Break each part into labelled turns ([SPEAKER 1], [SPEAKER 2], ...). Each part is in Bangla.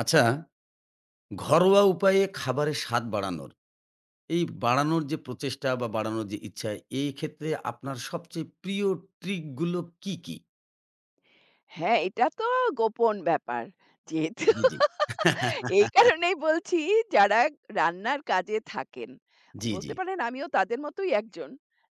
[SPEAKER 1] আচ্ছা, ঘরোয়া উপায়ে খাবারের স্বাদ বাড়ানোর, এই বাড়ানোর যে প্রচেষ্টা বা বাড়ানোর যে ইচ্ছা, এই ক্ষেত্রে আপনার সবচেয়ে প্রিয় ট্রিক গুলো কি?
[SPEAKER 2] হ্যাঁ, এটা তো গোপন ব্যাপার। যেহেতু
[SPEAKER 1] জি, জি।
[SPEAKER 2] এই কারণেই বলছি যারা রান্নার কাজে থাকেন,
[SPEAKER 1] জি, জি।
[SPEAKER 2] বলতে পারেন আমিও তাদের মতোই একজন।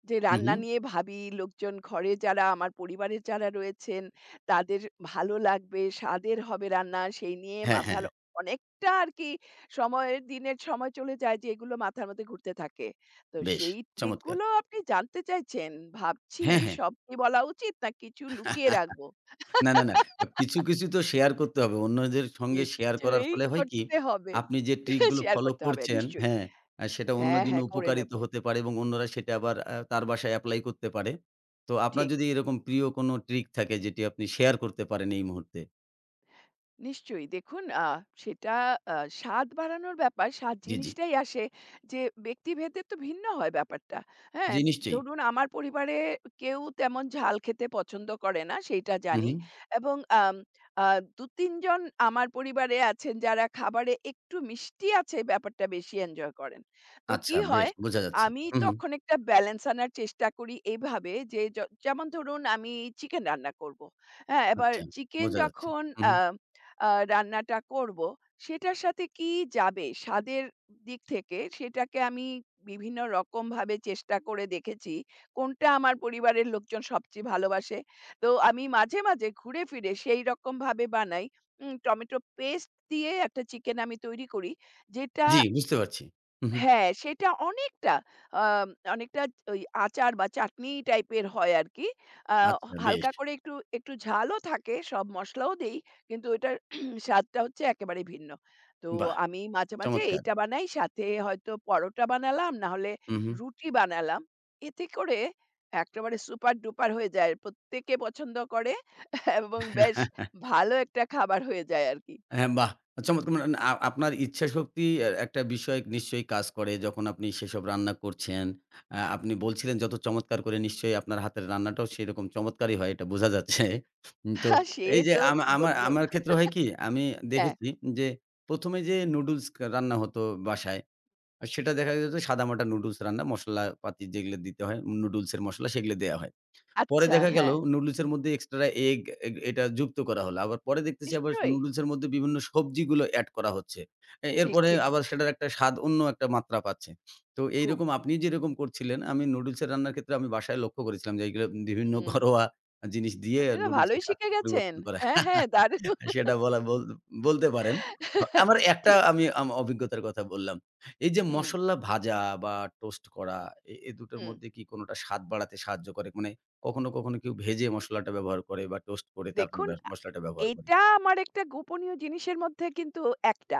[SPEAKER 2] যে
[SPEAKER 1] হু, হু।
[SPEAKER 2] রান্না নিয়ে ভাবি, লোকজন ঘরে যারা আমার পরিবারের যারা রয়েছেন, তাদের ভালো লাগবে, স্বাদের হবে রান্না সেই নিয়ে
[SPEAKER 1] হ্যাঁ, হ্যাঁ।
[SPEAKER 2] মাথার অনেকটা আরকি সময়ের দিনের সময় চলে যায় যে এগুলো মাথার মধ্যে ঘুরতে থাকে। তো
[SPEAKER 1] বেশ
[SPEAKER 2] সেই
[SPEAKER 1] চমৎকার!
[SPEAKER 2] ট্রিকগুলো আপনি জানতে চাইছেন। ভাবছি
[SPEAKER 1] হ্যাঁ, হ্যাঁ।
[SPEAKER 2] সব কি বলা উচিত না কিছু লুকিয়ে রাখবো?
[SPEAKER 1] না, না, না। কিছু তো শেয়ার করতে হবে। অন্যদের সঙ্গে শেয়ার করার
[SPEAKER 2] নিশ্চয়ই
[SPEAKER 1] ফলে হয় কি?
[SPEAKER 2] করতে হবে।
[SPEAKER 1] আপনি যে ট্রিক গুলো
[SPEAKER 2] শেয়ার
[SPEAKER 1] ফলো
[SPEAKER 2] করতে হবে
[SPEAKER 1] করছেন,
[SPEAKER 2] নিশ্চয়ই।
[SPEAKER 1] হ্যাঁ, সেটা অন্যের
[SPEAKER 2] হ্যাঁ,
[SPEAKER 1] জন্য
[SPEAKER 2] হ্যাঁ, করে
[SPEAKER 1] উপকারিত
[SPEAKER 2] নেব।
[SPEAKER 1] হতে পারে এবং অন্যরা সেটা আবার তার বাসায় এপ্লাই করতে পারে। তো আপনার
[SPEAKER 2] ঠিক।
[SPEAKER 1] যদি এরকম প্রিয় কোনো ট্রিক থাকে যেটি আপনি শেয়ার করতে পারেন এই মুহূর্তে।
[SPEAKER 2] নিশ্চয়ই। দেখুন, সেটা আ স্বাদ বাড়ানোর ব্যাপার, স্বাদ
[SPEAKER 1] জি, জি।
[SPEAKER 2] জিনিসটাই আসে যে ব্যক্তিভেদে তো ভিন্ন হয় ব্যাপারটা। হ্যাঁ?
[SPEAKER 1] জি, নিশ্চয়ই।
[SPEAKER 2] ধরুন আমার পরিবারে কেউ তেমন ঝাল খেতে পছন্দ করে না, সেইটা
[SPEAKER 1] হু,
[SPEAKER 2] জানি।
[SPEAKER 1] হু।
[SPEAKER 2] এবং আম আ ২-৩ জন আমার পরিবারে আছেন যারা খাবারে একটু মিষ্টি আছে ব্যাপারটা বেশি এনজয় করেন। তো
[SPEAKER 1] আচ্ছা,
[SPEAKER 2] কি
[SPEAKER 1] বেশ
[SPEAKER 2] হয়?
[SPEAKER 1] বোঝা যাচ্ছে।
[SPEAKER 2] আমি
[SPEAKER 1] হু, হু।
[SPEAKER 2] তখন একটা ব্যালেন্স আনার চেষ্টা করি এইভাবে যে যেমন ধরুন আমি চিকেন রান্না করব। হ্যাঁ? এবার
[SPEAKER 1] আচ্ছা,
[SPEAKER 2] চিকেন
[SPEAKER 1] বোঝা যাচ্ছে।
[SPEAKER 2] যখন
[SPEAKER 1] হু, হু।
[SPEAKER 2] আ আ রান্নাটা করব, সেটার সাথে কি যাবে স্বাদের দিক থেকে সেটাকে আমি বিভিন্ন রকমভাবে চেষ্টা করে দেখেছি। কোনটা আমার পরিবারের লোকজন সবচেয়ে ভালোবাসে। তো আমি মাঝে, মাঝে ঘুরে ফিরে সেই রকমভাবে বানাই। টমেটো পেস্ট দিয়ে একটা চিকেন আমি তৈরি করি। যেটা
[SPEAKER 1] জি, বুঝতে পারছি। হু, হু।
[SPEAKER 2] হ্যাঁ, সেটা অনেকটা আম অনেকটা ওই আচার বা চাটনি টাইপের হয় আরকি। আ
[SPEAKER 1] আচ্ছা বেশ।
[SPEAKER 2] হালকা করে একটু, একটু ঝালও থাকে, সব মসলাও দেই। কিন্তু ওটার স্বাদটা হচ্ছে একেবারে ভিন্ন। তো
[SPEAKER 1] বাহ!
[SPEAKER 2] আমি মাঝে, মাঝে
[SPEAKER 1] চমৎকার।
[SPEAKER 2] এটা বানাই, সাথে হয়তো পরোটা বানালাম, না হলে
[SPEAKER 1] হু, হু।
[SPEAKER 2] রুটি বানালাম। এতে করে একেবারে সুপার ডুপার হয়ে যায়। প্রত্যেকে পছন্দ করে এবং বেশ ভালো একটা খাবার হয়ে যায় আরকি।
[SPEAKER 1] হ্যাঁ, বাহ! চমৎকার, মানে আপনার ইচ্ছাশক্তি একটা বিষয় নিশ্চয়ই কাজ করে যখন আপনি সেসব রান্না করছেন। আপনি বলছিলেন যত চমৎকার করে নিশ্চয়ই আপনার হাতের রান্নাটাও সেরকম চমৎকারই হয়, এটা বোঝা যাচ্ছে। তো
[SPEAKER 2] সে
[SPEAKER 1] এই যে
[SPEAKER 2] তো
[SPEAKER 1] আমা
[SPEAKER 2] কি
[SPEAKER 1] আমার
[SPEAKER 2] বলব?
[SPEAKER 1] আমার ক্ষেত্রে হয় কি, আমি
[SPEAKER 2] হ্যাঁ,
[SPEAKER 1] দেখেছি যে ১ম এ যে নুডলস রান্না হতো বাসায়, আর সেটা দেখা যেত সাদামাটা নুডলস রান্না, মসলাপাতি যেগুলো দিতে হয় নুডলসের মসলা সেগুলো দেয়া হয়। পরে
[SPEAKER 2] আচ্ছা,
[SPEAKER 1] দেখা গেল
[SPEAKER 2] হ্যাঁ,
[SPEAKER 1] নুডলসের মধ্যে এক্সট্রা এগ এগ এটা যুক্ত করা হলো। আবার পরে দেখতেছি আবার
[SPEAKER 2] নিশ্চয়ই।
[SPEAKER 1] নুডলসের মধ্যে বিভিন্ন সবজিগুলো এড করা হচ্ছে।
[SPEAKER 2] ঠিক,
[SPEAKER 1] এরপরে
[SPEAKER 2] ঠিক।
[SPEAKER 1] আবার সেটার একটা স্বাদ অন্য একটা মাত্রা পাচ্ছে। তো
[SPEAKER 2] খুব।
[SPEAKER 1] এইরকম আপনি যেরকম করছিলেন, আমি নুডলসের রান্নার ক্ষেত্রে আমি বাসায় লক্ষ্য করেছিলাম যে এইগুলো বিভিন্ন
[SPEAKER 2] হুম।
[SPEAKER 1] ঘরোয়া জিনিস দিয়ে
[SPEAKER 2] আপনি তো
[SPEAKER 1] নুডলসের
[SPEAKER 2] ভালোই শিখে
[SPEAKER 1] স্বাদকে
[SPEAKER 2] গেছেন।
[SPEAKER 1] পরিবর্তন করা।
[SPEAKER 2] হ্যাঁ, হ্যাঁ দারুণ।
[SPEAKER 1] সেটা বলা বল বলতে পারেন। আমার একটা,
[SPEAKER 2] ঠিক।
[SPEAKER 1] আমি অভিজ্ঞতার কথা বললাম। এই যে
[SPEAKER 2] হুম,
[SPEAKER 1] মসল্লা ভাজা বা টোস্ট করা, এ ২ টার
[SPEAKER 2] হুম।
[SPEAKER 1] মধ্যে কি কোনটা স্বাদ বাড়াতে সাহায্য করে? মানে কখনো কেউ ভেজে মসলাটা ব্যবহার করে বা টোস্ট করে তারপর
[SPEAKER 2] দেখুন,
[SPEAKER 1] মসলাটা ব্যবহার করে।
[SPEAKER 2] এটা আমার একটা গোপনীয় জিনিসের মধ্যে কিন্তু একটা।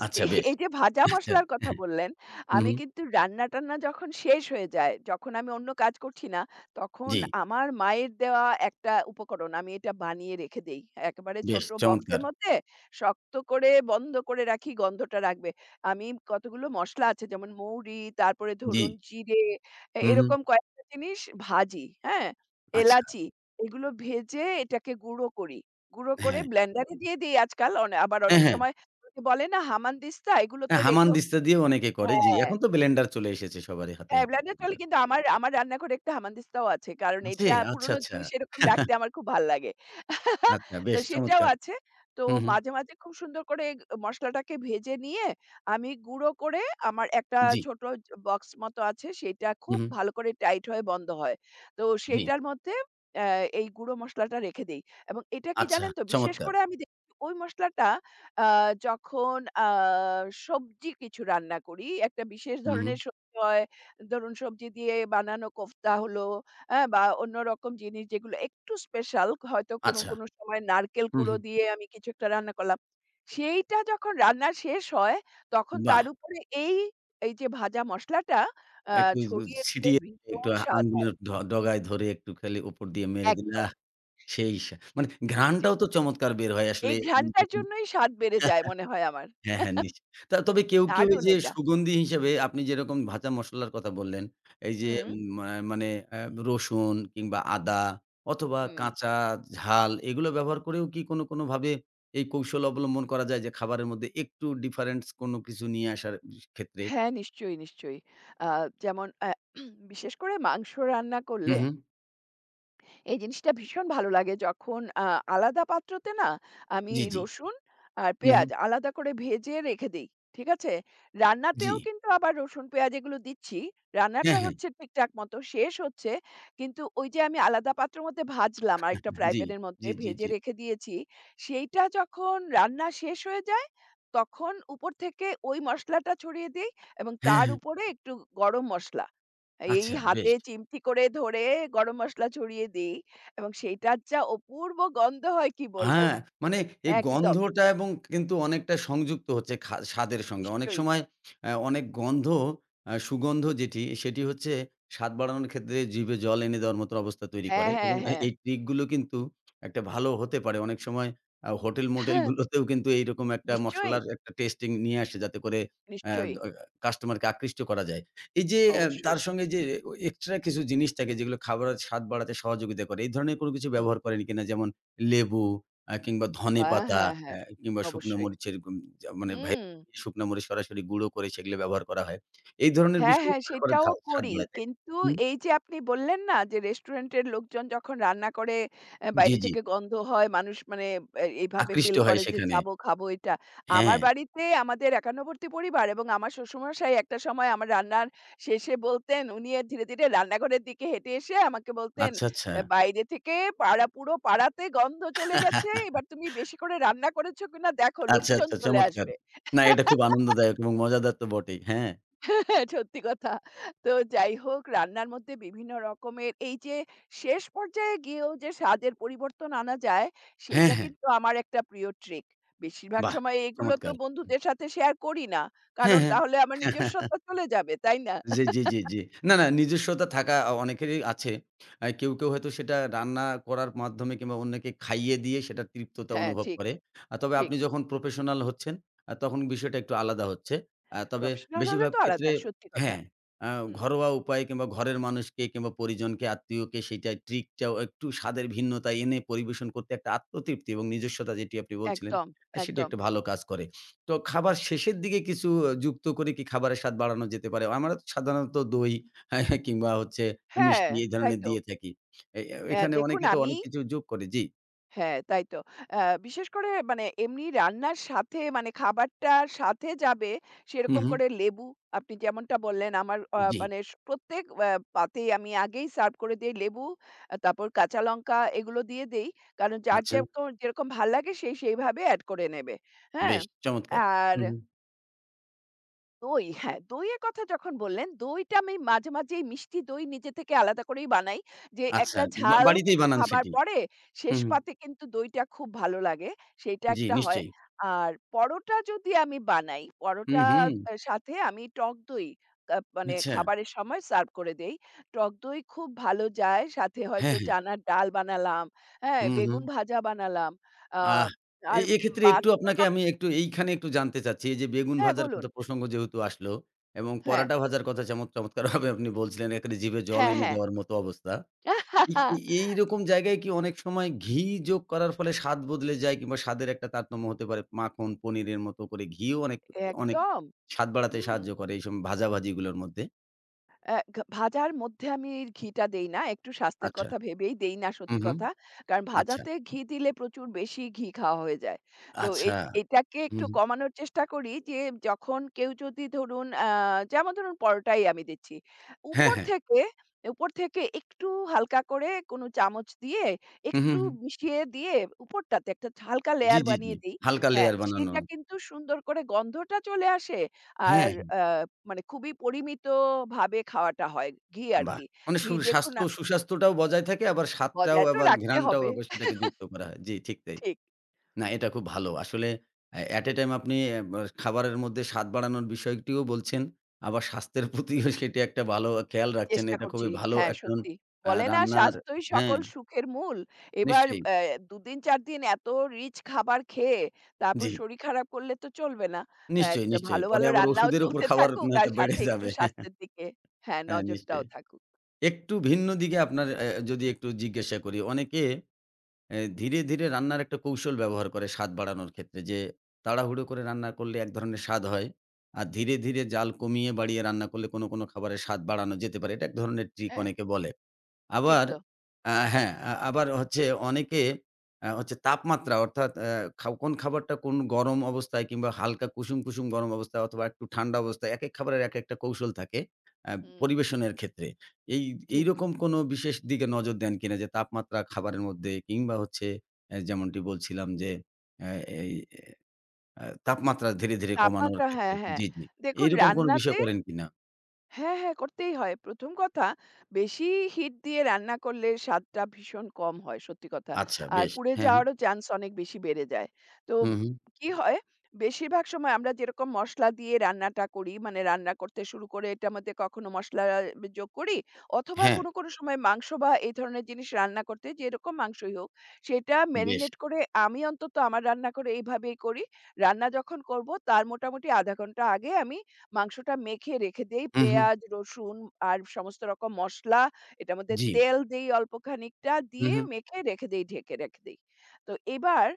[SPEAKER 2] যে
[SPEAKER 1] আচ্ছা বেশ।
[SPEAKER 2] এই যে ভাজা
[SPEAKER 1] আচ্ছা।
[SPEAKER 2] মসলার কথা বললেন,
[SPEAKER 1] হু,
[SPEAKER 2] আমি
[SPEAKER 1] হু।
[SPEAKER 2] কিন্তু রান্না-টান্না যখন শেষ হয়ে যায়, যখন আমি অন্য কাজ করছি না, তখন
[SPEAKER 1] জি,
[SPEAKER 2] আমার মায়ের দেওয়া একটা উপকরণ, আমি এটা বানিয়ে রেখে দেই। একেবারে
[SPEAKER 1] বেশ
[SPEAKER 2] ছোট
[SPEAKER 1] চমৎকার।
[SPEAKER 2] বক্সের মধ্যে শক্ত করে বন্ধ করে রাখি, গন্ধটা রাখবে। আমি কতগুলো মসলা আছে যেমন মৌরি, তারপরে
[SPEAKER 1] জি।
[SPEAKER 2] ধরুন জিরে,
[SPEAKER 1] হু, হু।
[SPEAKER 2] এরকম কয়েকটা জিনিস ভাজি, হ্যাঁ?
[SPEAKER 1] আচ্ছা।
[SPEAKER 2] এলাচি। এগুলো ভেজে এটাকে গুঁড়ো করি। গুঁড়ো করে
[SPEAKER 1] হ্যাঁ।
[SPEAKER 2] ব্লেন্ডারে হুম। দিয়ে দিই আজকাল। আবার
[SPEAKER 1] হ্যাঁ,
[SPEAKER 2] অনেক
[SPEAKER 1] হ্যাঁ।
[SPEAKER 2] সময় ওই যে বলে না হামানদিস্তা
[SPEAKER 1] হ্যাঁ,
[SPEAKER 2] এগুলোতে রেখেও
[SPEAKER 1] হামানদিস্তা দিয়েও অনেকে করে। জি,
[SPEAKER 2] হ্যাঁ।
[SPEAKER 1] এখন তো ব্লেন্ডার চলে এসেছে সবারই হাতে, হাতে
[SPEAKER 2] হ্যাঁ,ব্লেন্ডার চলে
[SPEAKER 1] ব্লেন্ডার।
[SPEAKER 2] কিন্তু আমার আমার রান্নাঘরে একটা হামানদিস্তাও আছে। কারণ
[SPEAKER 1] আছে?
[SPEAKER 2] এটা
[SPEAKER 1] আচ্ছা,
[SPEAKER 2] পুরনো
[SPEAKER 1] আচ্ছা।
[SPEAKER 2] জিনিস এরকম রাখতে আমার খুব ভাল লাগে।
[SPEAKER 1] আচ্ছা,
[SPEAKER 2] তো
[SPEAKER 1] বেশ
[SPEAKER 2] সেটাও
[SPEAKER 1] চমৎকার।
[SPEAKER 2] আছে। তো
[SPEAKER 1] হু, হু।
[SPEAKER 2] মাঝে, মাঝে খুব সুন্দর করে মসলাটাকে ভেজে নিয়ে আমি গুঁড়ো করে আমার একটা
[SPEAKER 1] জি।
[SPEAKER 2] ছোট বক্স মতো আছে সেটা
[SPEAKER 1] হু,
[SPEAKER 2] খুব
[SPEAKER 1] হু।
[SPEAKER 2] ভালো করে টাইট হয়ে বন্ধ হয়। তো
[SPEAKER 1] জি।
[SPEAKER 2] সেটার মধ্যে অ্যা এই গুঁড়ো মসলাটা রেখে দেই। এবং এটা কি
[SPEAKER 1] আচ্ছা,
[SPEAKER 2] জানেন তো বিশেষ
[SPEAKER 1] চমৎকার।
[SPEAKER 2] করে আমি দেখি ওই মসলাটা আ যখন আ সবজি কিছু রান্না করি, একটা বিশেষ
[SPEAKER 1] হু, হু।
[SPEAKER 2] ধরনের সবজি হয় ধরুন সবজি দিয়ে বানানো কোফতা হলো, হ্যাঁ? বা অন্যরকম জিনিস যেগুলো একটু স্পেশাল হয়তো কোনো,
[SPEAKER 1] আচ্ছা।
[SPEAKER 2] কোনো সময় নারকেল
[SPEAKER 1] হু, হু।
[SPEAKER 2] কুঁড়ো দিয়ে আমি কিছু একটা রান্না করলাম। সেইটা যখন রান্না শেষ হয় তখন
[SPEAKER 1] বাহ!
[SPEAKER 2] তার উপরে এই, এই যে ভাজা মসলাটা আ
[SPEAKER 1] একটু
[SPEAKER 2] ছড়িয়ে দিলে
[SPEAKER 1] ছিটিয়ে একটু
[SPEAKER 2] ভীষণ স্বাদ হয়।
[SPEAKER 1] আঙ্গুলের ডগায় ধরে একটু খালি উপর দিয়ে মেরে দিলে
[SPEAKER 2] একদম
[SPEAKER 1] আহ! সেই সা মানে
[SPEAKER 2] জি।
[SPEAKER 1] ঘ্রাণটাও তো চমৎকার বের হয় আসলে।
[SPEAKER 2] এই
[SPEAKER 1] উম
[SPEAKER 2] ঘ্রাণটার
[SPEAKER 1] যখন
[SPEAKER 2] জন্যই স্বাদ বেড়ে যায় মনে হয় আমার।
[SPEAKER 1] হ্যাঁ, হ্যাঁ, নিশ্চয়ই। তা তবে কেউ এই
[SPEAKER 2] দারুণ
[SPEAKER 1] যে
[SPEAKER 2] এটা।
[SPEAKER 1] সুগন্ধি হিসেবে আপনি যেরকম ভাজা মসলার কথা বললেন, এই যে
[SPEAKER 2] হুম,
[SPEAKER 1] উম আ মানে আ রসুন কিংবা আদা অথবা
[SPEAKER 2] হুম।
[SPEAKER 1] কাঁচা ঝাল এগুলো ব্যবহার করেও কি কোনোভাবে এই কৌশল অবলম্বন করা যায় যে খাবারের মধ্যে একটু ডিফারেন্স কোনো কিছু নিয়ে আসার ক্ষেত্রে?
[SPEAKER 2] হ্যাঁ, নিশ্চয়ই, নিশ্চয়ই। আ যেমন বিশেষ করে মাংস রান্না
[SPEAKER 1] হুম,
[SPEAKER 2] করলে
[SPEAKER 1] হুম।
[SPEAKER 2] এই জিনিসটা ভীষণ ভালো লাগে যখন আলাদা পাত্রতে না আমি
[SPEAKER 1] জি, জি।
[SPEAKER 2] রসুন আর
[SPEAKER 1] হুম, হুম।
[SPEAKER 2] পেঁয়াজ আলাদা করে ভেজে রেখে দেই। ঠিক আছে?
[SPEAKER 1] জি।
[SPEAKER 2] রান্নাতেও কিন্তু আবার রসুন, পেঁয়াজ এগুলো দিচ্ছি। রান্নাটা
[SPEAKER 1] হ্যাঁ, হ্যাঁ।
[SPEAKER 2] হচ্ছে ঠিকঠাক মতো শেষ হচ্ছে। কিন্তু ওই যে আমি আলাদা পাত্রের মধ্যে ভাজলাম আরেকটা ফ্রাই
[SPEAKER 1] জি,
[SPEAKER 2] প্যানের
[SPEAKER 1] জি,
[SPEAKER 2] মধ্যে
[SPEAKER 1] জি, জি।
[SPEAKER 2] ভেজে রেখে দিয়েছি। সেইটা যখন রান্না শেষ হয়ে যায়, তখন উপর থেকে ওই মসলাটা ছড়িয়ে দেই এবং
[SPEAKER 1] হ্যাঁ,
[SPEAKER 2] তার
[SPEAKER 1] হ্যাঁ।
[SPEAKER 2] উপরে একটু গরম মসলা। এই
[SPEAKER 1] আচ্ছা
[SPEAKER 2] হাতে
[SPEAKER 1] বেশ।
[SPEAKER 2] চিমটি করে ধরে গরম মসলা ছড়িয়ে দেই এবং সেইটার যা অপূর্ব গন্ধ হয় কি বলব!
[SPEAKER 1] হ্যাঁ, মানে এই
[SPEAKER 2] হ্যাঁ, একদম।
[SPEAKER 1] গন্ধটা এবং কিন্তু অনেকটা সংযুক্ত হচ্ছে স্বাদের সঙ্গে। অনেক
[SPEAKER 2] নিশ্চয়ই।
[SPEAKER 1] সময় অনেক গন্ধ, সুগন্ধ যেটি, সেটি হচ্ছে স্বাদ বাড়ানোর ক্ষেত্রে জিভে জল এনে দেওয়ার মতো অবস্থা তৈরি
[SPEAKER 2] হ্যাঁ,
[SPEAKER 1] করে, এবং
[SPEAKER 2] হ্যাঁ, হ্যাঁ।
[SPEAKER 1] এই ট্রিক গুলো কিন্তু একটা ভালো হতে পারে। অনেক সময় হোটেল-মোটেল
[SPEAKER 2] হ্যাঁ,
[SPEAKER 1] গুলোতেও কিন্তু এইরকম একটা
[SPEAKER 2] নিশ্চয়ই,
[SPEAKER 1] মসলার একটা টেস্টিং নিয়ে আসে যাতে করে অ্যা
[SPEAKER 2] নিশ্চয়ই।
[SPEAKER 1] দ কাস্টমারকে আকৃষ্ট করা যায়। এই যে
[SPEAKER 2] অবশ্যই।
[SPEAKER 1] তার সঙ্গে যে ও এক্সট্রা কিছু জিনিস থাকে যেগুলো খাবারের স্বাদ বাড়াতে সহযোগিতা করে। এই ধরনের কোনো কিছু
[SPEAKER 2] হুম।
[SPEAKER 1] ব্যবহার করেন কিনা? যেমন লেবু, কিংবা
[SPEAKER 2] হ্যাঁ,
[SPEAKER 1] ধনেপাতা,
[SPEAKER 2] হ্যাঁ,
[SPEAKER 1] অ্যা
[SPEAKER 2] হ্যাঁ।
[SPEAKER 1] কিংবা শুকনো
[SPEAKER 2] অবশ্যই।
[SPEAKER 1] মরিচের গুম যা মানে ভাই
[SPEAKER 2] হুম।
[SPEAKER 1] শুকনো মরিচ সরাসরি গুঁড়ো করে সেগুলো ব্যবহার করা হয়। এই ধরনের
[SPEAKER 2] হ্যাঁ,
[SPEAKER 1] বিষয়
[SPEAKER 2] হ্যাঁ,
[SPEAKER 1] খাবারের
[SPEAKER 2] সেটাও
[SPEAKER 1] স্বাদ
[SPEAKER 2] করি।
[SPEAKER 1] বাড়ায়, তাই
[SPEAKER 2] কিন্তু
[SPEAKER 1] হুম,
[SPEAKER 2] এই যে আপনি বললেন না যে রেস্টুরেন্টের লোকজন যখন রান্না করে
[SPEAKER 1] জি,
[SPEAKER 2] বাইরে
[SPEAKER 1] জি।
[SPEAKER 2] থেকে গন্ধ হয়, মানুষ মানে এইভাবে
[SPEAKER 1] আকৃষ্ট
[SPEAKER 2] ফিল
[SPEAKER 1] হয়
[SPEAKER 2] করে যে
[SPEAKER 1] সেখানে।
[SPEAKER 2] যাবো, খাবো এটা। আমার
[SPEAKER 1] হ্যাঁ,
[SPEAKER 2] বাড়িতে আমাদের একান্নবর্তী পরিবার এবং আমার শ্বশুরমশাই একটা সময় আমার রান্নার শেষে বলতেন, উনি ধীরে, ধীরে রান্নাঘরের দিকে হেঁটে এসে আমাকে বলতেন,
[SPEAKER 1] আচ্ছা, আচ্ছা।
[SPEAKER 2] বাইরে থেকে পাড়া পুরো পাড়াতে গন্ধ চলে গেছে। এবার তুমি বেশি করে রান্না করেছো কিনা দেখো
[SPEAKER 1] আচ্ছা,
[SPEAKER 2] লোকজন
[SPEAKER 1] আচ্ছা,
[SPEAKER 2] চলে
[SPEAKER 1] চমৎকার।
[SPEAKER 2] আসবে।"
[SPEAKER 1] না, এটা খুব আনন্দদায়ক এবং মজাদার তো বটেই। হ্যাঁ।
[SPEAKER 2] হ্যাঁ, সত্যি কথা। তো যাই হোক রান্নার মধ্যে বিভিন্ন রকমের এই যে শেষ পর্যায়ে গিয়েও যে স্বাদের পরিবর্তন আনা যায়,
[SPEAKER 1] হ্যাঁ,
[SPEAKER 2] সেইটা
[SPEAKER 1] হ্যাঁ।
[SPEAKER 2] কিন্তু আমার একটা প্রিয় ট্রিক। বেশিরভাগ
[SPEAKER 1] বাহ!
[SPEAKER 2] সময় এগুলো তো
[SPEAKER 1] চমৎকার।
[SPEAKER 2] বন্ধুদের সাথে শেয়ার করি না।
[SPEAKER 1] হ্যাঁ,
[SPEAKER 2] কারণ
[SPEAKER 1] হ্যাঁ।
[SPEAKER 2] তাহলে আমার নিজস্বতা চলে যাবে, তাই না?
[SPEAKER 1] জি, জি, জি, জি। না, না, নিজস্বতা থাকা অনেকেরই আছে। কেউ হয়তো সেটা রান্না করার মাধ্যমে কিংবা অন্যকে খাইয়ে দিয়ে সেটার তৃপ্ততা
[SPEAKER 2] হ্যাঁ,
[SPEAKER 1] অনুভব
[SPEAKER 2] ঠিক,
[SPEAKER 1] করে। তবে
[SPEAKER 2] ঠিক।
[SPEAKER 1] আপনি যখন প্রফেশনাল হচ্ছেন, তখন বিষয়টা একটু আলাদা হচ্ছে। তবে
[SPEAKER 2] প্রফেশনাল হলে
[SPEAKER 1] বেশিরভাগ
[SPEAKER 2] তো
[SPEAKER 1] ক্ষেত্রে
[SPEAKER 2] আলাদা, সত্যি কথা।
[SPEAKER 1] হ্যাঁ, আ
[SPEAKER 2] হুম,
[SPEAKER 1] ঘরোয়া উপায়ে কিংবা ঘরের মানুষকে কিংবা পরিজনকে, আত্মীয়কে সেইটা ট্রিকটাও একটু স্বাদের ভিন্নতা এনে পরিবেশন করতে একটা আত্মতৃপ্তি এবং নিজস্বতা যেটি আপনি বলছিলেন,
[SPEAKER 2] একদম,
[SPEAKER 1] সেটি
[SPEAKER 2] একদম।
[SPEAKER 1] একটা ভালো কাজ করে। তো খাবার শেষের দিকে কিছু যুক্ত করে কি খাবারের স্বাদ বাড়ানো যেতে পারে? আমরা তো সাধারণত দই কিংবা হচ্ছে
[SPEAKER 2] হ্যাঁ,
[SPEAKER 1] মিষ্টি এই
[SPEAKER 2] তাই
[SPEAKER 1] ধরনের
[SPEAKER 2] তো।
[SPEAKER 1] দিয়ে থাকি। এ এখানে
[SPEAKER 2] দেখুন
[SPEAKER 1] অনেকে তো
[SPEAKER 2] আমি
[SPEAKER 1] অনেক কিছু যোগ করে। জি।
[SPEAKER 2] হ্যাঁ, তাই তো। আ বিশেষ করে মানে এমনি রান্নার সাথে মানে খাবারটার সাথে যাবে
[SPEAKER 1] হু,
[SPEAKER 2] সেরকম
[SPEAKER 1] হু।
[SPEAKER 2] করে লেবু আপনি যেমনটা বললেন আমার
[SPEAKER 1] জি।
[SPEAKER 2] মানে প্রত্যেক পাতেই আমি আগেই সার্ভ করে দেই লেবু, আ তারপর কাঁচা লঙ্কা এগুলো দিয়ে দেই। কারণ যার
[SPEAKER 1] আচ্ছা।
[SPEAKER 2] যেরকম যেরকম ভাল লাগে সে সেইভাবে এড করে নেবে। হ্যাঁ?
[SPEAKER 1] বেশ চমৎকার।
[SPEAKER 2] আর
[SPEAKER 1] হু, হু।
[SPEAKER 2] দই হ্যাঁ, দইয়ের কথা যখন বললেন, দইটা আমি মাঝে, মাঝেই মিষ্টি দই নিজে থেকে আলাদা করেই বানাই। যে
[SPEAKER 1] আচ্ছা।
[SPEAKER 2] একটা
[SPEAKER 1] বা
[SPEAKER 2] ঝাল
[SPEAKER 1] বাড়িতেই
[SPEAKER 2] কিছু
[SPEAKER 1] বানান
[SPEAKER 2] খাবার
[SPEAKER 1] সেটি।
[SPEAKER 2] পরে
[SPEAKER 1] হু,
[SPEAKER 2] শেষ
[SPEAKER 1] হু।
[SPEAKER 2] পাতে কিন্তু দইটা খুব ভালো লাগে। সেইটা
[SPEAKER 1] জি,
[SPEAKER 2] একটা হয়।
[SPEAKER 1] নিশ্চয়ই।
[SPEAKER 2] আর পরোটা যদি আমি বানাই,
[SPEAKER 1] হু, হু।
[SPEAKER 2] পরোটার আ সাথে আমি টক দই আ মানে
[SPEAKER 1] আচ্ছা।
[SPEAKER 2] খাবারের সময় সার্ভ করে দেই। টক দই খুব ভালো যায়। সাথে হয়তো
[SPEAKER 1] হ্যাঁ, হ্যাঁ।
[SPEAKER 2] চানার ডাল বানালাম, হ্যাঁ?
[SPEAKER 1] হু, হু।
[SPEAKER 2] বেগুন ভাজা বানালাম। আ
[SPEAKER 1] আহ,
[SPEAKER 2] আর
[SPEAKER 1] এক্ষেত্রে
[SPEAKER 2] মাছ
[SPEAKER 1] একটু
[SPEAKER 2] তো
[SPEAKER 1] আপনাকে আমি একটু এইখানে একটু জানতে চাচ্ছি। এই যে বেগুন
[SPEAKER 2] হ্যাঁ,
[SPEAKER 1] ভাজার
[SPEAKER 2] বলুন।
[SPEAKER 1] কথা প্রসঙ্গ যেহেতু আসলো এবং
[SPEAKER 2] হ্যাঁ,
[SPEAKER 1] পরাটা ভাজার কথা যেমন চমৎকারভাবে আপনি বলছিলেন, একেবারে জিভে জল
[SPEAKER 2] হ্যাঁ,
[SPEAKER 1] এনে
[SPEAKER 2] হ্যাঁ।
[SPEAKER 1] দেওয়ার মতো অবস্থা। এই এই এইরকম জায়গায় কি অনেক সময় ঘি যোগ করার ফলে স্বাদ বদলে যায় কিংবা স্বাদের একটা তারতম্য হতে পারে? মাখন, পনিরের মতো করে ঘিও অনেক
[SPEAKER 2] একদম।
[SPEAKER 1] স্বাদ বাড়াতে
[SPEAKER 2] হুম।
[SPEAKER 1] সাহায্য করে এইসব ভাজাভাজিগুলোর মধ্যে।
[SPEAKER 2] অ্যা ঘ ভাজার মধ্যে আমি ঘিটা দেই না। একটু স্বাস্থ্যের
[SPEAKER 1] আচ্ছা।
[SPEAKER 2] কথা ভেবেই দেই না
[SPEAKER 1] হুম,
[SPEAKER 2] সত্যি
[SPEAKER 1] হুম।
[SPEAKER 2] কথা। কারণ
[SPEAKER 1] আচ্ছা,
[SPEAKER 2] ভাজাতে ঘি দিলে প্রচুর বেশি ঘি খাওয়া হয়ে যায়। তো
[SPEAKER 1] আচ্ছা।
[SPEAKER 2] এই এটাকে
[SPEAKER 1] হুম,
[SPEAKER 2] একটু
[SPEAKER 1] হুম।
[SPEAKER 2] কমানোর চেষ্টা করি যে যখন কেউ যদি ধরুন যেমন ধরুন পরোটাই আমি দিচ্ছি।
[SPEAKER 1] হ্যাঁ,
[SPEAKER 2] উপর
[SPEAKER 1] হ্যাঁ।
[SPEAKER 2] থেকে উপর থেকে একটু হালকা করে কোনো চামচ দিয়ে
[SPEAKER 1] হুম,
[SPEAKER 2] একটু
[SPEAKER 1] হুম, হুম।
[SPEAKER 2] মিশিয়ে দিয়ে উপরটাতে একটা হালকা
[SPEAKER 1] জি,
[SPEAKER 2] লেয়ার
[SPEAKER 1] জি, জি।
[SPEAKER 2] বানিয়ে দিই।
[SPEAKER 1] হালকা
[SPEAKER 2] হ্যাঁ,
[SPEAKER 1] লেয়ার বানানো।
[SPEAKER 2] সেটা কিন্তু সুন্দর করে গন্ধটা চলে আসে।
[SPEAKER 1] হ্যাঁ।
[SPEAKER 2] আর
[SPEAKER 1] হ্যাঁ।
[SPEAKER 2] আ মানে খুবই পরিমিতভাবে খাওয়াটা হয়। ঘি
[SPEAKER 1] বাহ!
[SPEAKER 2] আরকি।
[SPEAKER 1] মানে
[SPEAKER 2] ঘি দেখুন
[SPEAKER 1] স্বাস্থ্য, সুস্বাস্থ্যটাও বজায় থাকে আবার স্বাদটাও
[SPEAKER 2] বজায় তো
[SPEAKER 1] আবার
[SPEAKER 2] রাখতে
[SPEAKER 1] ঘ্রাণটাও
[SPEAKER 2] হবে।
[SPEAKER 1] আবার সেটাকে যুক্ত করা হয়। জি, ঠিক তাই।
[SPEAKER 2] ঠিক।
[SPEAKER 1] না, এটা খুব ভালো। আসলে অ্যা এট এ টাইম আপনি অ্যা বা খাবারের মধ্যে স্বাদ বাড়ানোর বিষয়টিও বলছেন, আবার স্বাস্থ্যের প্রতিও সেটি একটা ভালো খেয়াল রাখছেন।
[SPEAKER 2] চেষ্টা
[SPEAKER 1] এটা
[SPEAKER 2] করছি।
[SPEAKER 1] খুবই ভালো
[SPEAKER 2] হ্যাঁ,
[SPEAKER 1] একজন
[SPEAKER 2] সত্যি। বলে না
[SPEAKER 1] রান্নার।
[SPEAKER 2] স্বাস্থ্যই
[SPEAKER 1] হ্যাঁ,
[SPEAKER 2] সকল সুখের মূল। এবার
[SPEAKER 1] নিশ্চয়ই।
[SPEAKER 2] ২ দিন ৪ দিন এত রিচ খাবার খেয়ে তারপর
[SPEAKER 1] জি,
[SPEAKER 2] শরীর খারাপ করলে তো চলবে না। হ্যাঁ,
[SPEAKER 1] নিশ্চয়ই,
[SPEAKER 2] তো
[SPEAKER 1] নিশ্চয়ই।
[SPEAKER 2] ভালো,
[SPEAKER 1] পরে
[SPEAKER 2] ভালো
[SPEAKER 1] আবার
[SPEAKER 2] রান্নাও
[SPEAKER 1] ওষুধের উপর
[SPEAKER 2] চলতে
[SPEAKER 1] খাবার
[SPEAKER 2] থাকুক আর
[SPEAKER 1] নয়তো বেড়ে
[SPEAKER 2] সাথে একটু
[SPEAKER 1] যাবে।
[SPEAKER 2] স্বাস্থ্যের দিকে হ্যাঁ,
[SPEAKER 1] হ্যাঁ,
[SPEAKER 2] নজরটাও
[SPEAKER 1] নিশ্চয়ই।
[SPEAKER 2] থাকুক।
[SPEAKER 1] একটু ভিন্ন দিকে আপনার যদি একটু জিজ্ঞাসা করি, অনেকে ধীরে রান্নার একটা কৌশল ব্যবহার করে স্বাদ বাড়ানোর ক্ষেত্রে যে, তাড়াহুড়ো করে রান্না করলে এক ধরনের স্বাদ হয়। আর ধীরে জাল কমিয়ে বাড়িয়ে রান্না করলে কোনো খাবারের স্বাদ বাড়ানো যেতে পারে। এটা এক ধরনের ট্রিক
[SPEAKER 2] হ্যাঁ,
[SPEAKER 1] অনেকে বলে।
[SPEAKER 2] ঠিক
[SPEAKER 1] আবার
[SPEAKER 2] তো?
[SPEAKER 1] হ্যাঁ, আবার হচ্ছে অনেকে হচ্ছে তাপমাত্রা, অর্থাৎ অ্যা খাও কোন খাবারটা কোন গরম অবস্থায় কিংবা হালকা কুসুম গরম অবস্থায় অথবা একটু ঠান্ডা অবস্থায় একেক খাবারের একেকটা কৌশল থাকে আ
[SPEAKER 2] হুম,
[SPEAKER 1] পরিবেশনের ক্ষেত্রে। এই
[SPEAKER 2] ঠিক।
[SPEAKER 1] এইরকম কোনো বিশেষ দিকে নজর দেন কিনা যে তাপমাত্রা খাবারের মধ্যে কিংবা হচ্ছে যেমনটি বলছিলাম যে অ্যা এই আ তাপমাত্রা ধীরে কমানোর
[SPEAKER 2] তাপমাত্রা
[SPEAKER 1] ক্ষেত্রে
[SPEAKER 2] হ্যাঁ, হ্যাঁ।
[SPEAKER 1] জি, জি।
[SPEAKER 2] দেখুন
[SPEAKER 1] এইরকম কোনো বিষয়
[SPEAKER 2] রান্নাতে
[SPEAKER 1] করেন কিনা?
[SPEAKER 2] হ্যাঁ, হ্যাঁ, করতেই হয়। ১ম কথা বেশি হিট দিয়ে রান্না করলে স্বাদটা ভীষণ কম হয়, সত্যি কথা।
[SPEAKER 1] আচ্ছা
[SPEAKER 2] আর
[SPEAKER 1] বেশ।
[SPEAKER 2] পুড়ে
[SPEAKER 1] হ্যাঁ, হ্যাঁ।
[SPEAKER 2] যাওয়ারও চান্স অনেক বেশি বেড়ে যায়। তো
[SPEAKER 1] হুম, হুম।
[SPEAKER 2] কি হয়, বেশিরভাগ সময় আমরা যেরকম মসলা দিয়ে রান্নাটা করি, মানে রান্না করতে শুরু করে এটার মধ্যে কখনো মসলা যোগ করি অথবা
[SPEAKER 1] হ্যাঁ,
[SPEAKER 2] কোনো, কোনো সময় মাংস বা এই ধরনের জিনিস রান্না করতে যেরকম মাংসই হোক, সেটা
[SPEAKER 1] বেশ।
[SPEAKER 2] মেরিনেট করে আমি অন্তত আমার রান্না করে এইভাবেই করি। রান্না যখন করব তার মোটামুটি ১/২ ঘন্টা আগে আমি মাংসটা মেখে রেখে দেই।
[SPEAKER 1] হুম, হুম।
[SPEAKER 2] পেঁয়াজ, রসুন আর সমস্ত রকম মসলা, এটার মধ্যে
[SPEAKER 1] জি।
[SPEAKER 2] তেল দেই অল্প খানিকটা,
[SPEAKER 1] হু,
[SPEAKER 2] দিয়ে
[SPEAKER 1] হু।
[SPEAKER 2] মেখে রেখে দেই, ঢেকে রেখে দেই। তো এবার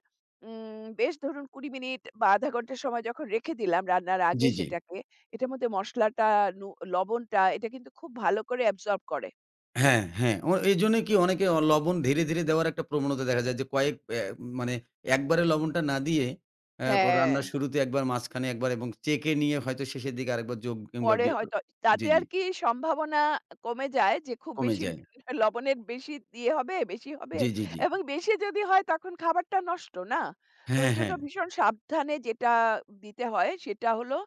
[SPEAKER 2] বেশ ধরুন ২০ মিনিট বা ০.৫ ঘন্টা সময় যখন রেখে দিলাম রান্নার আগে
[SPEAKER 1] জি, জি।
[SPEAKER 2] সেটাকে, এটার মধ্যে মসলাটা, নু লবণটা এটা কিন্তু খুব ভালো করে অ্যাবসর্ব করে।
[SPEAKER 1] হ্যাঁ, হ্যাঁ। ও, এজন্যই কি অনেকে লবণ ধীরে দেওয়ার একটা প্রবণতা দেখা যায় যে কয়েক মানে একবারে লবণটা না দিয়ে অ্যা ক
[SPEAKER 2] হ্যাঁ।
[SPEAKER 1] রান্নার শুরুতে একবার, মাঝখানে একবার এবং চেখে নিয়ে হয়তো শেষের দিকে আরেকবার যোগ কিংবা
[SPEAKER 2] পরে হয়তো
[SPEAKER 1] জি,
[SPEAKER 2] তাতে
[SPEAKER 1] জি
[SPEAKER 2] আর কি সম্ভাবনা কমে যায় যে খুব
[SPEAKER 1] কমে
[SPEAKER 2] বেশি
[SPEAKER 1] যায়।
[SPEAKER 2] লবণের বেশি ইয়ে হবে, বেশি হবে
[SPEAKER 1] জি, জি, জি।
[SPEAKER 2] এবং বেশি যদি হয় তখন খাবারটা নষ্ট না? তো
[SPEAKER 1] হ্যাঁ,
[SPEAKER 2] এইজন্য
[SPEAKER 1] হ্যাঁ।
[SPEAKER 2] ভীষণ সাবধানে যেটা দিতে হয় সেটা হলো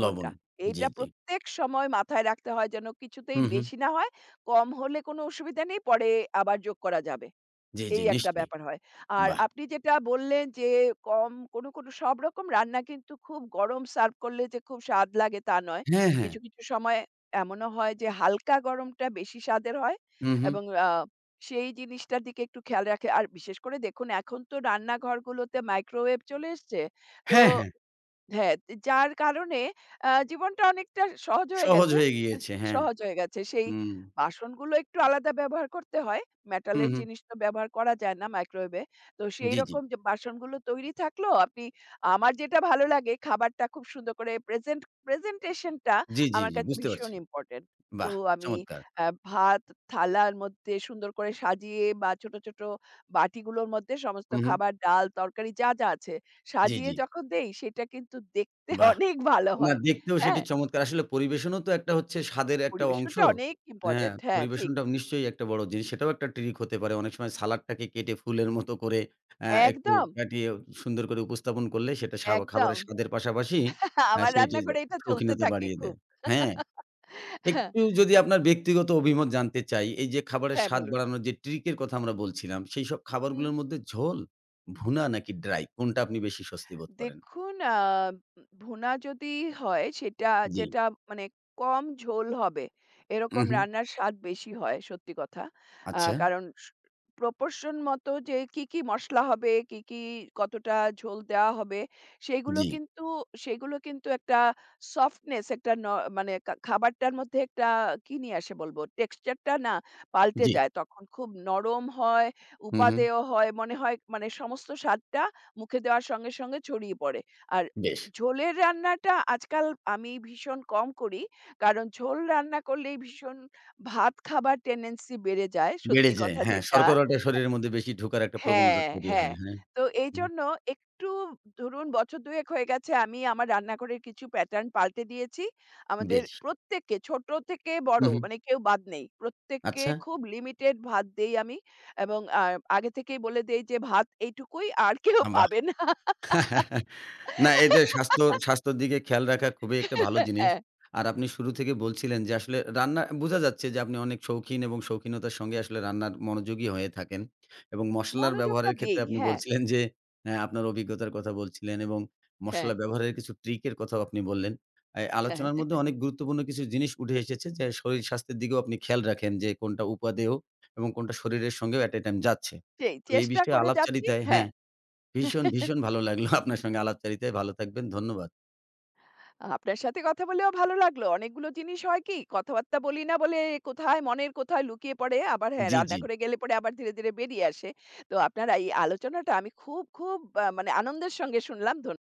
[SPEAKER 1] লবণ। জি,
[SPEAKER 2] এইটা
[SPEAKER 1] জি।
[SPEAKER 2] প্রত্যেক সময় মাথায় রাখতে হয় যেন
[SPEAKER 1] হু,
[SPEAKER 2] কিছুতেই
[SPEAKER 1] হু।
[SPEAKER 2] বেশি না হয়। কম হলে কোনো অসুবিধা নেই, পরে আবার যোগ করা যাবে।
[SPEAKER 1] জি, জি
[SPEAKER 2] এই একটা
[SPEAKER 1] নিশ্চয়ই।
[SPEAKER 2] ব্যাপার হয়। আর
[SPEAKER 1] বাহ!
[SPEAKER 2] আপনি যেটা বললেন যে কম কোনো, কোনো সব রকম রান্না কিন্তু খুব গরম সার্ভ করলে যে খুব স্বাদ লাগে তা নয়।
[SPEAKER 1] হ্যাঁ, হ্যাঁ।
[SPEAKER 2] কিছু, কিছু সময় এমনও হয় যে হালকা গরমটা বেশি স্বাদের হয়
[SPEAKER 1] হু, হু।
[SPEAKER 2] এবং আ সেই জিনিসটার দিকে একটু খেয়াল রাখে। আর বিশেষ করে দেখুন এখন তো রান্নাঘরগুলোতে মাইক্রোওয়েভ চলে এসছে। তো
[SPEAKER 1] হ্যাঁ, হ্যাঁ।
[SPEAKER 2] হ্যাঁ, যার কারণে আ জীবনটা অনেকটা সহজ হয়ে
[SPEAKER 1] সহজ
[SPEAKER 2] গেছে।
[SPEAKER 1] হয়ে
[SPEAKER 2] এহ
[SPEAKER 1] গিয়েছে। হ্যাঁ।
[SPEAKER 2] সহজ হয়ে গেছে। সেই
[SPEAKER 1] হুম।
[SPEAKER 2] বাসনগুলো একটু আলাদা ব্যবহার করতে হয়।
[SPEAKER 1] হু,
[SPEAKER 2] মেটালের
[SPEAKER 1] হু।
[SPEAKER 2] জিনিস তো ব্যবহার করা যায় না মাইক্রোওয়েভে। তো
[SPEAKER 1] জি, জি।
[SPEAKER 2] সেইরকম যে বাসনগুলো তৈরি থাকলো আপনি আমার যেটা ভালো লাগে খাবারটা খুব সুন্দর করে প্রেজেন্টেশন টা
[SPEAKER 1] জি, জি,
[SPEAKER 2] আমার
[SPEAKER 1] জি।
[SPEAKER 2] কাছে
[SPEAKER 1] বুঝতে
[SPEAKER 2] ভীষণ
[SPEAKER 1] পারছি।
[SPEAKER 2] ইম্পোর্টেন্ট। তো
[SPEAKER 1] বাহ!
[SPEAKER 2] আমি
[SPEAKER 1] চমৎকার।
[SPEAKER 2] আ ভাত থালার মধ্যে সুন্দর করে সাজিয়ে বা ছোট, ছোট বাটিগুলোর মধ্যে সমস্ত
[SPEAKER 1] হু, হু।
[SPEAKER 2] খাবার, ডাল, তরকারি যা, যা আছে
[SPEAKER 1] জি,
[SPEAKER 2] সাজিয়ে
[SPEAKER 1] জি।
[SPEAKER 2] যখন দেই সেটা কিন্তু দেখতে
[SPEAKER 1] বাহ!
[SPEAKER 2] অনেক ভালো
[SPEAKER 1] না,
[SPEAKER 2] হয়।
[SPEAKER 1] দেখতেও সেটি
[SPEAKER 2] হ্যাঁ?
[SPEAKER 1] চমৎকার। আসলে পরিবেশনও তো একটা হচ্ছে স্বাদের একটা অংশ।
[SPEAKER 2] পরিবেশনটা অনেক
[SPEAKER 1] হ্যাঁ,
[SPEAKER 2] ইম্পোর্টেন্ট। হ্যাঁ, ঠিক।
[SPEAKER 1] পরিবেশনটাও নিশ্চয়ই একটা বড় জিনিস। সেটাও একটা ট্রিক হতে পারে। অনেক সময় সালাডটাকে কেটে ফুলের মতো করে একটু
[SPEAKER 2] একদম,
[SPEAKER 1] কাটিয়ে সুন্দর করে উপস্থাপন করলে সেটা
[SPEAKER 2] একদম।
[SPEAKER 1] খাবারের স্বাদের পাশাপাশি
[SPEAKER 2] আমার
[SPEAKER 1] সেই যে
[SPEAKER 2] রান্নাঘরে এটা চলতে
[SPEAKER 1] শৌখিনতা
[SPEAKER 2] থাকে
[SPEAKER 1] বাড়িয়ে দেয়।
[SPEAKER 2] খুব।
[SPEAKER 1] হ্যাঁ,
[SPEAKER 2] হ্যাঁ,
[SPEAKER 1] একটু যদি আপনার ব্যক্তিগত অভিমত জানতে চাই, এই যে খাবারের
[SPEAKER 2] হ্যাঁ
[SPEAKER 1] স্বাদ
[SPEAKER 2] বলুন।
[SPEAKER 1] বাড়ানোর যে ট্রিকের কথা আমরা বলছিলাম, সেই সব
[SPEAKER 2] হুম।
[SPEAKER 1] খাবারগুলোর মধ্যে ঝোল, ভুনা নাকি ড্রাই কোনটা আপনি বেশি স্বস্তি বোধ করেন?
[SPEAKER 2] দেখুন ভুনা যদি হয় সেটা
[SPEAKER 1] জি।
[SPEAKER 2] যেটা মানে কম ঝোল হবে এরকম
[SPEAKER 1] উহু,
[SPEAKER 2] রান্নার স্বাদ বেশি হয় সত্যি কথা। আ
[SPEAKER 1] আচ্ছা।
[SPEAKER 2] কারণ প্রপোর্শন মতো যে কি, কি মসলা হবে, কি, কি কতটা ঝোল দেওয়া হবে সেগুলো
[SPEAKER 1] জি,
[SPEAKER 2] কিন্তু সেগুলো কিন্তু একটা সফটনেস একটা মানে খাবারটার মধ্যে একটা কি নিয়ে আসে বলব টেক্সচার টা না পাল্টে
[SPEAKER 1] জি।
[SPEAKER 2] যায়। তখন খুব নরম হয়,
[SPEAKER 1] হু, হু।
[SPEAKER 2] উপাদেয় হয়। মনে হয় মানে সমস্ত স্বাদটা মুখে দেওয়ার সঙ্গে, সঙ্গে ছড়িয়ে পড়ে। আর
[SPEAKER 1] বেশ।
[SPEAKER 2] ঝোলের রান্নাটা আজকাল আমি ভীষণ কম করি। কারণ ঝোল রান্না করলেই ভীষণ ভাত খাবার টেনডেন্সি বেড়ে যায়,
[SPEAKER 1] বেড়ে
[SPEAKER 2] সত্যি
[SPEAKER 1] যায়।
[SPEAKER 2] কথা
[SPEAKER 1] হ্যাঁ,
[SPEAKER 2] যেটা।
[SPEAKER 1] শর্করাটা শরীরের মধ্যে বেশি ঢোকার একটা প্রবণতা
[SPEAKER 2] হ্যাঁ,
[SPEAKER 1] তৈরি
[SPEAKER 2] হ্যাঁ।
[SPEAKER 1] হয়। হ্যাঁ,
[SPEAKER 2] তো
[SPEAKER 1] হুম,
[SPEAKER 2] এইজন্য একটু ধরুন বছর ২ এক হয়ে গেছে আমি আমার রান্নাঘরের কিছু প্যাটার্ন পাল্টে দিয়েছি। আমাদের
[SPEAKER 1] বেশ।
[SPEAKER 2] প্রত্যেককে ছোট থেকে
[SPEAKER 1] হু,
[SPEAKER 2] বড়
[SPEAKER 1] হু।
[SPEAKER 2] মানে কেউ বাদ নেই। প্রত্যেককে
[SPEAKER 1] আচ্ছা,
[SPEAKER 2] খুব লিমিটেড ভাত দেই আমি এবং আ আগে থেকেই বলে দেই যে ভাত এইটুকুই আর কেউ
[SPEAKER 1] আ
[SPEAKER 2] পাবে না।
[SPEAKER 1] বাহ! না, এই যে স্বাস্থ্যর দিকে খেয়াল রাখা খুবই একটা ভালো জিনিস।
[SPEAKER 2] হ্যাঁ,
[SPEAKER 1] আর আপনি শুরু থেকে বলছিলেন যে আসলে রান্না বোঝা যাচ্ছে যে আপনি অনেক শৌখিন এবং শৌখিনতার সঙ্গে আসলে রান্নার মনোযোগী হয়ে থাকেন। এবং মসলার
[SPEAKER 2] মনোযোগটা
[SPEAKER 1] ব্যবহারের ক্ষেত্রে
[SPEAKER 2] দেই।
[SPEAKER 1] আপনি
[SPEAKER 2] হ্যাঁ,
[SPEAKER 1] বলছিলেন যে আপনার অভিজ্ঞতার কথা বলছিলেন এবং
[SPEAKER 2] হ্যাঁ,
[SPEAKER 1] মসলা ব্যবহারের কিছু ট্রিকের কথাও আপনি বললেন। এই
[SPEAKER 2] হ্যাঁ,
[SPEAKER 1] আলোচনার মধ্যে অনেক গুরুত্বপূর্ণ কিছু জিনিস উঠে এসেছে যে শরীর স্বাস্থ্যের দিকেও আপনি খেয়াল রাখেন, যে কোনটা উপাদেয় এবং কোনটা শরীরের সঙ্গেও at a time যাচ্ছে।
[SPEAKER 2] সেই
[SPEAKER 1] তো এই
[SPEAKER 2] চেষ্টা
[SPEAKER 1] বিষয়ে
[SPEAKER 2] করে যাচ্ছি।
[SPEAKER 1] আলাপচারিতায়
[SPEAKER 2] হ্যাঁ।
[SPEAKER 1] হ্যাঁ। ভীষণ ভালো লাগলো আপনার সঙ্গে আলাপচারিতায়। ভালো থাকবেন। ধন্যবাদ।
[SPEAKER 2] আপনার সাথে কথা বলেও ভালো লাগলো। অনেকগুলো জিনিস হয় কি কথাবার্তা বলি না বলে কোথায় মনের কোথায় লুকিয়ে পড়ে। আবার হ্যাঁ,
[SPEAKER 1] জি, জি।
[SPEAKER 2] রান্নাঘরে গেলে পরে আবার ধীরে, ধীরে বেরিয়ে আসে। তো আপনার এই আলোচনাটা আমি খুব, খুব আ মানে আনন্দের সঙ্গে শুনলাম। ধন্য